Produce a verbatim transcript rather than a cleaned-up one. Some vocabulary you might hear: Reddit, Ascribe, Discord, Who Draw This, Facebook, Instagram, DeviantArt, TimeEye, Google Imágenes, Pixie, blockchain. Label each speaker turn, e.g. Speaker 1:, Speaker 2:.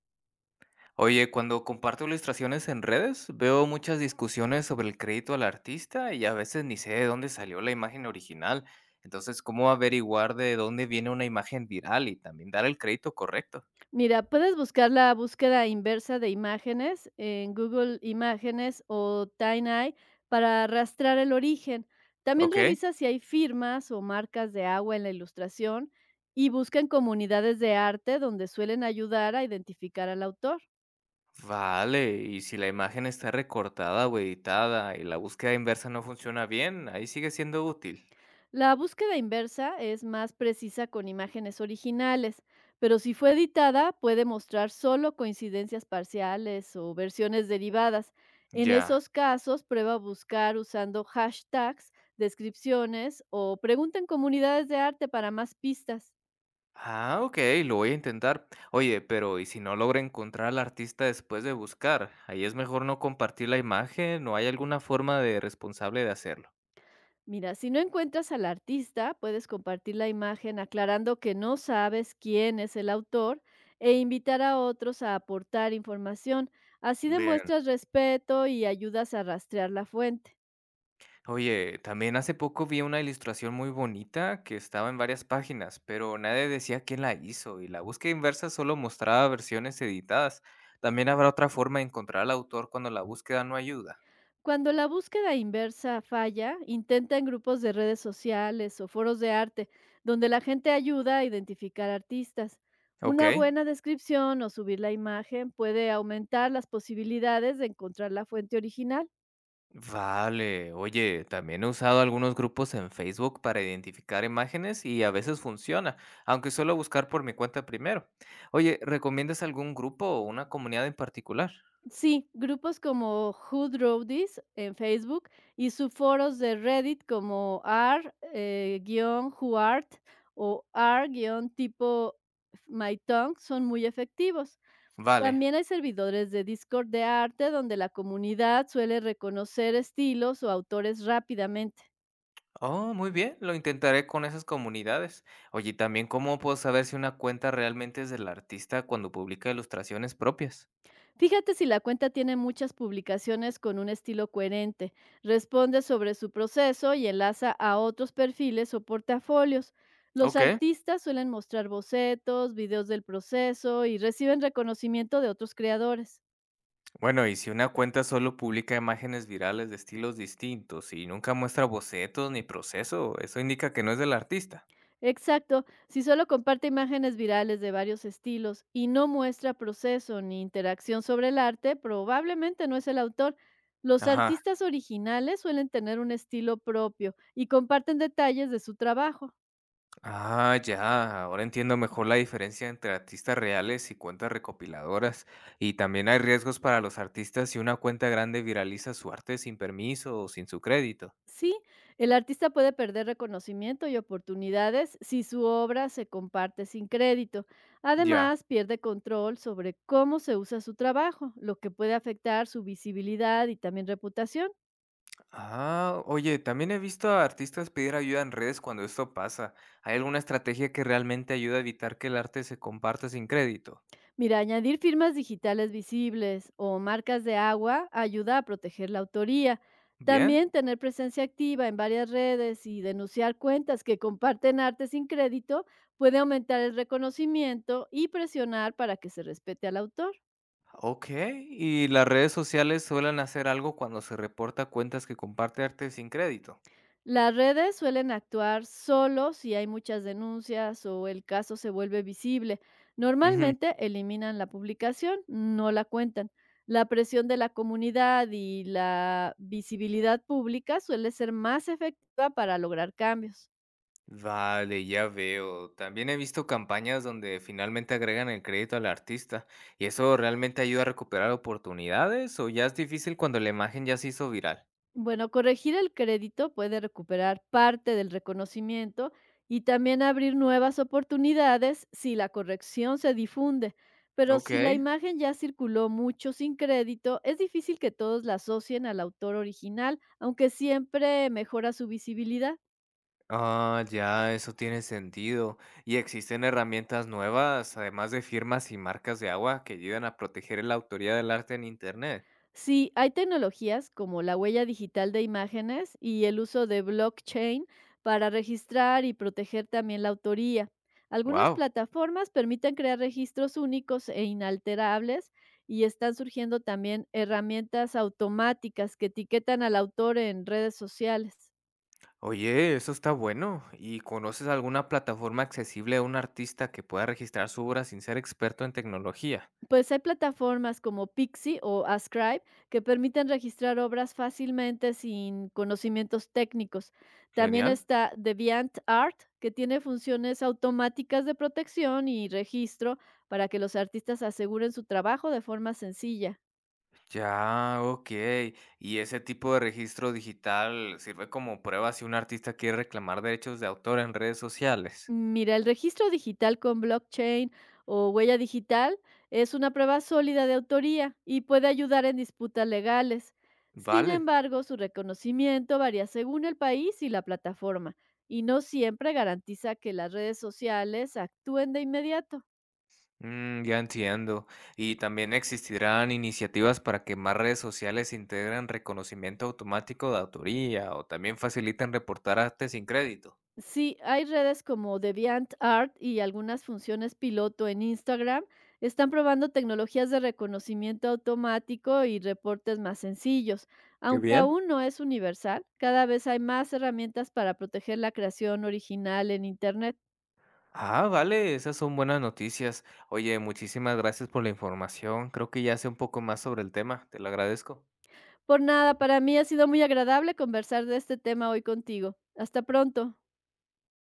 Speaker 1: Oye, cuando comparto ilustraciones en redes, veo muchas discusiones sobre el crédito al artista y a veces ni sé de dónde salió la imagen original. Entonces, ¿cómo averiguar de dónde viene una imagen viral y también dar el crédito correcto?
Speaker 2: Mira, puedes buscar la búsqueda inversa de imágenes en Google Imágenes o TimeEye para rastrear el origen. También
Speaker 1: Ok,
Speaker 2: revisa si hay firmas o marcas de agua en la ilustración y busca en comunidades de arte donde suelen ayudar a identificar al autor.
Speaker 1: vale. Y si la imagen está recortada o editada y la búsqueda inversa no funciona bien, ahí sigue siendo útil.
Speaker 2: La búsqueda inversa es más precisa con imágenes originales, pero si fue editada puede mostrar solo coincidencias parciales o versiones derivadas. En
Speaker 1: Ya.
Speaker 2: esos casos, prueba a buscar usando hashtags, descripciones o pregunta en comunidades de arte para más pistas.
Speaker 1: Ah, ok, lo voy a intentar. Oye, pero ¿y si no logro encontrar al artista después de buscar? Ahí es mejor no compartir la imagen, ¿no hay alguna forma de responsable de hacerlo?
Speaker 2: Mira, si no encuentras al artista, puedes compartir la imagen aclarando que no sabes quién es el autor e invitar a otros a aportar información. Así
Speaker 1: Bien.
Speaker 2: demuestras respeto y ayudas a rastrear la fuente.
Speaker 1: Oye, también hace poco vi una ilustración muy bonita que estaba en varias páginas, pero nadie decía quién la hizo y la búsqueda inversa solo mostraba versiones editadas. También habrá otra forma de encontrar al autor cuando la búsqueda no ayuda.
Speaker 2: Cuando la búsqueda inversa falla, intenta en grupos de redes sociales o foros de arte, donde la gente ayuda a identificar artistas. Una
Speaker 1: Ok.
Speaker 2: buena descripción o subir la imagen puede aumentar las posibilidades de encontrar la fuente original.
Speaker 1: Vale, oye, también he usado algunos grupos en Facebook para identificar imágenes y a veces funciona, aunque suelo buscar por mi cuenta primero. Oye, ¿recomiendas algún grupo o una comunidad en particular?
Speaker 2: Sí, grupos como Who Draw This en Facebook y subforos de Reddit como r eh, who art o r tipo my tongue son muy efectivos.
Speaker 1: Vale.
Speaker 2: También hay servidores de Discord de arte donde la comunidad suele reconocer estilos o autores rápidamente.
Speaker 1: Oh, muy bien, lo intentaré con esas comunidades. Oye, ¿y también cómo puedo saber si una cuenta realmente es del artista cuando publica ilustraciones propias?
Speaker 2: Fíjate si la cuenta tiene muchas publicaciones con un estilo coherente, responde sobre su proceso y enlaza a otros perfiles o portafolios. Los
Speaker 1: Ok.
Speaker 2: artistas suelen mostrar bocetos, videos del proceso y reciben reconocimiento de otros creadores.
Speaker 1: Bueno, y si una cuenta solo publica imágenes virales de estilos distintos y nunca muestra bocetos ni proceso, eso indica que no es del artista.
Speaker 2: Exacto, si solo comparte imágenes virales de varios estilos y no muestra proceso ni interacción sobre el arte, probablemente no es el autor. Los
Speaker 1: Ajá.
Speaker 2: artistas originales suelen tener un estilo propio y comparten detalles de su trabajo.
Speaker 1: Ah, ya. Ahora entiendo mejor la diferencia entre artistas reales y cuentas recopiladoras. Y también hay riesgos para los artistas si una cuenta grande viraliza su arte sin permiso o sin su crédito.
Speaker 2: Sí, el artista puede perder reconocimiento y oportunidades si su obra se comparte sin crédito.
Speaker 1: Ya.
Speaker 2: Además, pierde control sobre cómo se usa su trabajo, lo que puede afectar su visibilidad y también reputación.
Speaker 1: Ah, oye, también he visto a artistas pedir ayuda en redes cuando esto pasa. ¿Hay alguna estrategia que realmente ayuda a evitar que el arte se comparta sin crédito?
Speaker 2: Mira, añadir firmas digitales visibles o marcas de agua ayuda a proteger la autoría.
Speaker 1: Bien.
Speaker 2: También tener presencia activa en varias redes y denunciar cuentas que comparten arte sin crédito puede aumentar el reconocimiento y presionar para que se respete al autor.
Speaker 1: Ok. ¿Y las redes sociales suelen hacer algo cuando se reporta cuentas que comparte arte sin crédito?
Speaker 2: Las redes suelen actuar solo si hay muchas denuncias o el caso se vuelve visible. Normalmente eliminan la publicación, no la cuentan. La presión de la comunidad y la visibilidad pública suele ser más efectiva para lograr cambios.
Speaker 1: Vale, ya veo. También he visto campañas donde finalmente agregan el crédito al artista. ¿Y eso realmente ayuda a recuperar oportunidades o ya es difícil cuando la imagen ya se hizo viral?
Speaker 2: Bueno, corregir el crédito puede recuperar parte del reconocimiento y también abrir nuevas oportunidades si la corrección se difunde. Pero
Speaker 1: Ok.
Speaker 2: si la imagen ya circuló mucho sin crédito, es difícil que todos la asocien al autor original, aunque siempre mejora su visibilidad.
Speaker 1: Ah, ya, eso tiene sentido. ¿Y existen herramientas nuevas, además de firmas y marcas de agua, que ayudan a proteger la autoría del arte en Internet?
Speaker 2: Sí, hay tecnologías como la huella digital de imágenes y el uso de blockchain para registrar y proteger también la autoría. Algunas
Speaker 1: Wow.
Speaker 2: plataformas permiten crear registros únicos e inalterables y están surgiendo también herramientas automáticas que etiquetan al autor en redes sociales.
Speaker 1: Oye, eso está bueno. ¿Y conoces alguna plataforma accesible a un artista que pueda registrar su obra sin ser experto en tecnología?
Speaker 2: Pues hay plataformas como Pixie o Ascribe que permiten registrar obras fácilmente sin conocimientos técnicos. También
Speaker 1: Genial.
Speaker 2: está DeviantArt, que tiene funciones automáticas de protección y registro para que los artistas aseguren su trabajo de forma sencilla.
Speaker 1: Ya, okey. Y ese tipo de registro digital sirve como prueba si un artista quiere reclamar derechos de autor en redes sociales.
Speaker 2: Mira, el registro digital con blockchain o huella digital es una prueba sólida de autoría y puede ayudar en disputas legales. Sin
Speaker 1: Vale.
Speaker 2: embargo, su reconocimiento varía según el país y la plataforma, y no siempre garantiza que las redes sociales actúen de inmediato.
Speaker 1: Mm, ya entiendo. ¿Y también existirán iniciativas para que más redes sociales integren reconocimiento automático de autoría o también faciliten reportar arte sin crédito?
Speaker 2: Sí, hay redes como DeviantArt y algunas funciones piloto en Instagram. Están probando tecnologías de reconocimiento automático y reportes más sencillos.
Speaker 1: Qué
Speaker 2: Aunque
Speaker 1: bien.
Speaker 2: aún no es universal, cada vez hay más herramientas para proteger la creación original en Internet.
Speaker 1: Ah, vale, esas son buenas noticias. Oye, muchísimas gracias por la información. Creo que ya sé un poco más sobre el tema. Te lo agradezco.
Speaker 2: Por nada, para mí ha sido muy agradable conversar de este tema hoy contigo. Hasta pronto.